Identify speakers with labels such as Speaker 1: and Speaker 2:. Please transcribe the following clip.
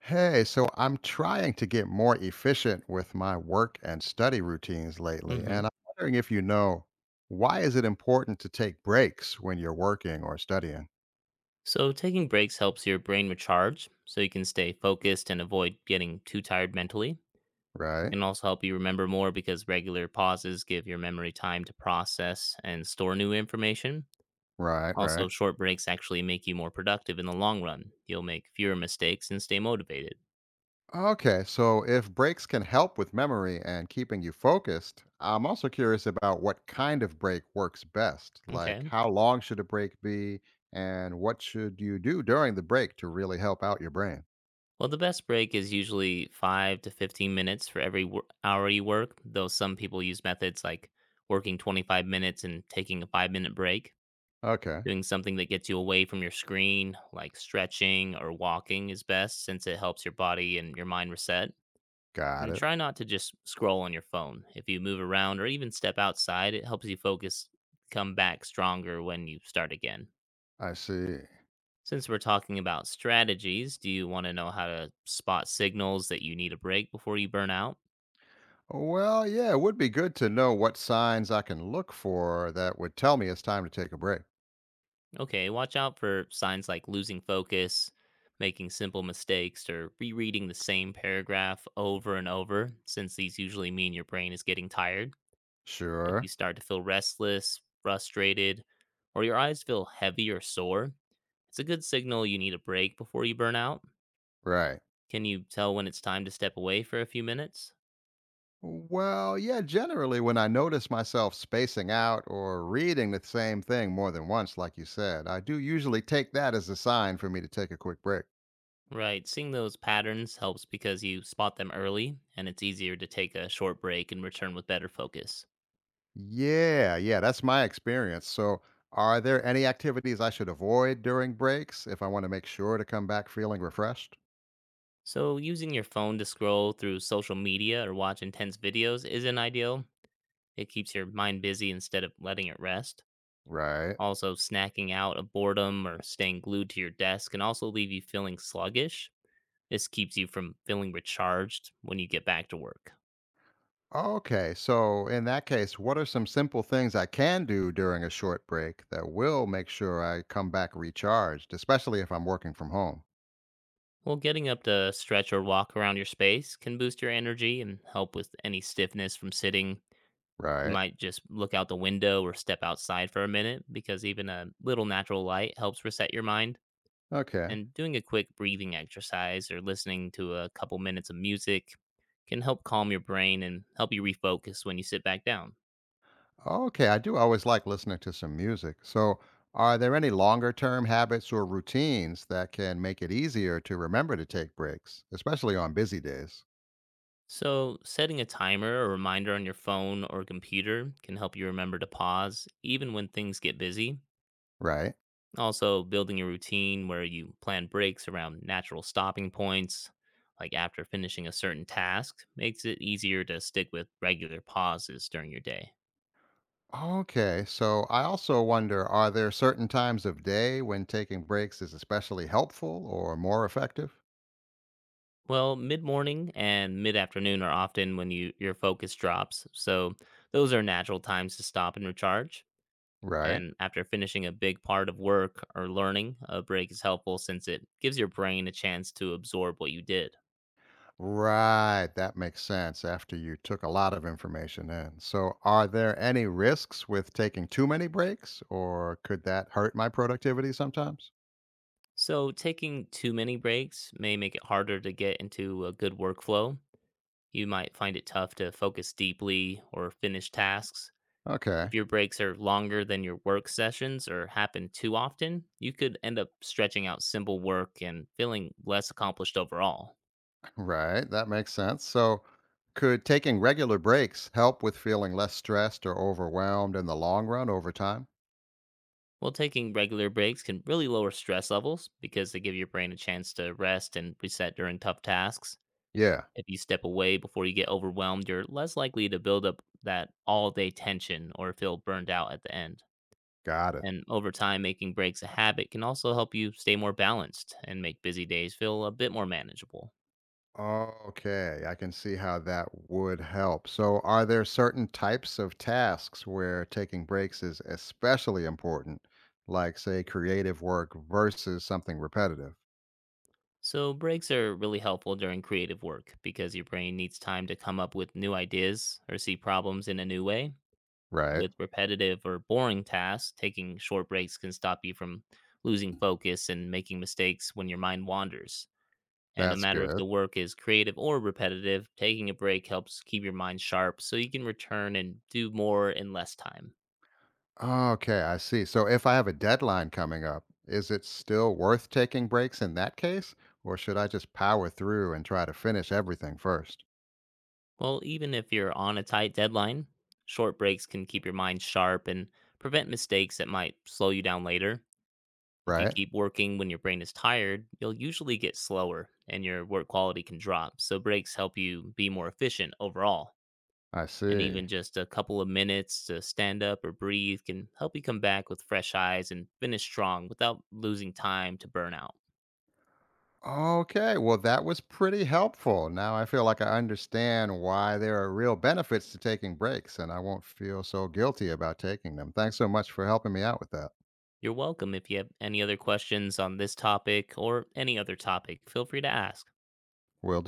Speaker 1: Hey, so I'm trying to get more efficient with my work and study routines lately,
Speaker 2: hmm
Speaker 1: and I'm wondering if you know why is it important to take breaks when you're working or studying?
Speaker 2: So, taking breaks helps your brain recharge so you can stay focused and avoid getting too tired mentally. It
Speaker 1: Right,
Speaker 2: can also help you remember more because regular pauses give your memory time to process and store new information.
Speaker 1: right,
Speaker 2: Also,
Speaker 1: right.
Speaker 2: short breaks actually make you more productive in the long run. You'll make fewer mistakes and stay motivated.
Speaker 1: Okay, so if breaks can help with memory and keeping you focused, I'm also curious about what kind of break works best. Like,
Speaker 2: Okay.
Speaker 1: how long should a break be, and what should you do during the break to really help out your brain?
Speaker 2: Well, the best break is usually 5 to 15 minutes for every hour you work, though some people use methods like working 25 minutes and taking a 5-minute break.
Speaker 1: Okay,
Speaker 2: Doing something that gets you away from your screen, like stretching or walking, is best since it helps your body and your mind reset.
Speaker 1: got
Speaker 2: And
Speaker 1: it.
Speaker 2: try not to just scroll on your phone. If you move around or even step outside, it helps you focus, come back stronger when you start again.
Speaker 1: I see.
Speaker 2: Since we're talking about strategies, do you want to know how to spot signals that you need a break before you burn out?
Speaker 1: Well, yeah, it would be good to know what signs I can look for that would tell me it's time to take a break.
Speaker 2: Okay, watch out for signs like losing focus, making simple mistakes, or rereading the same paragraph over and over, since these usually mean your brain is getting tired. If you
Speaker 1: Sure.
Speaker 2: start to feel restless, frustrated, or your eyes feel heavy or sore, it's a good signal you need a break before you burn out.
Speaker 1: Right.
Speaker 2: Can you tell when it's time to step away for a few minutes?
Speaker 1: Well, yeah, generally when I notice myself spacing out or reading the same thing more than once, like you said, I do usually take that as a sign for me to take a quick break.
Speaker 2: Right, seeing those patterns helps because you spot them early, and it's easier to take a short break and return with better focus.
Speaker 1: Yeah, yeah, that's my experience. So, are there any activities I should avoid during breaks if I want to make sure to come back feeling refreshed?
Speaker 2: So, using your phone to scroll through social media or watch intense videos isn't ideal. It keeps your mind busy instead of letting it rest.
Speaker 1: Right.
Speaker 2: Also, snacking out of boredom or staying glued to your desk can also leave you feeling sluggish. This keeps you from feeling recharged when you get back to work.
Speaker 1: Okay, so in that case, what are some simple things I can do during a short break that will make sure I come back recharged, especially if I'm working from home?
Speaker 2: Well, getting up to stretch or walk around your space can boost your energy and help with any stiffness from sitting. You
Speaker 1: Right.
Speaker 2: might just look out the window or step outside for a minute, because even a little natural light helps reset your mind.
Speaker 1: Okay.
Speaker 2: And doing a quick breathing exercise or listening to a couple minutes of music can help calm your brain and help you refocus when you sit back down.
Speaker 1: Okay, I do always like listening to some music. So, are there any longer term habits or routines that can make it easier to remember to take breaks, especially on busy days?
Speaker 2: So, setting a timer or reminder on your phone or computer can help you remember to pause even when things get busy.
Speaker 1: Right.
Speaker 2: Also, building a routine where you plan breaks around natural stopping points, like after finishing a certain task, makes it easier to stick with regular pauses during your day.
Speaker 1: Okay, so I also wonder, are there certain times of day when taking breaks is especially helpful or more effective?
Speaker 2: Well, mid morning and mid afternoon are often when your focus drops, so those are natural times to stop and recharge.
Speaker 1: Right.
Speaker 2: And after finishing a big part of work or learning, a break is helpful since it gives your brain a chance to absorb what you did.
Speaker 1: Right, that makes sense after you took a lot of information in. So, are there any risks with taking too many breaks, or could that hurt my productivity sometimes?
Speaker 2: So, taking too many breaks may make it harder to get into a good workflow. You might find it tough to focus deeply or finish tasks.
Speaker 1: Okay,
Speaker 2: If your breaks are longer than your work sessions or happen too often, you could end up stretching out simple work and feeling less accomplished overall.
Speaker 1: right, that makes sense. So, could taking regular breaks help with feeling less stressed or overwhelmed in the long run over time?
Speaker 2: While taking regular breaks can really lower stress levels because they give your brain a chance to rest and reset during tough tasks.
Speaker 1: Yeah,
Speaker 2: If you step away before you get overwhelmed, you're less likely to build up that all day tension or feel burned out at the end.
Speaker 1: got it.
Speaker 2: And over time, making breaks a habit can also help you stay more balanced and make busy days feel a bit more manageable.
Speaker 1: Okay, I can see how that would help. So, are there certain types of tasks where taking breaks is especially important, like, say, creative work versus something repetitive?
Speaker 2: So, breaks are really helpful during creative work because your brain needs time to come up with new ideas or see problems in a new way.
Speaker 1: Right,
Speaker 2: With repetitive or boring tasks, taking short breaks can stop you from losing focus and making mistakes when your mind wanders. And no
Speaker 1: that's
Speaker 2: matter if
Speaker 1: good.
Speaker 2: the work is creative or repetitive, taking a break helps keep your mind sharp so you can return and do more in less time.
Speaker 1: Okay, I see. So, if I have a deadline coming up, is it still worth taking breaks in that case, or should I just power through and try to finish everything first?
Speaker 2: Well, even if you're on a tight deadline, short breaks can keep your mind sharp and prevent mistakes that might slow you down later. If you
Speaker 1: Right,
Speaker 2: keep working when your brain is tired, you'll usually get slower and your work quality can drop. So, breaks help you be more efficient overall.
Speaker 1: I
Speaker 2: And
Speaker 1: see.
Speaker 2: even just a couple of minutes to stand up or breathe can help you come back with fresh eyes and finish strong without losing time to burnout.
Speaker 1: Okay, well, that was pretty helpful. Now I feel like I understand why there are real benefits to taking breaks, and I won't feel so guilty about taking them. Thanks so much for helping me out with that.
Speaker 2: You're welcome. If you have any other questions on this topic or any other topic, feel free to ask.
Speaker 1: We'll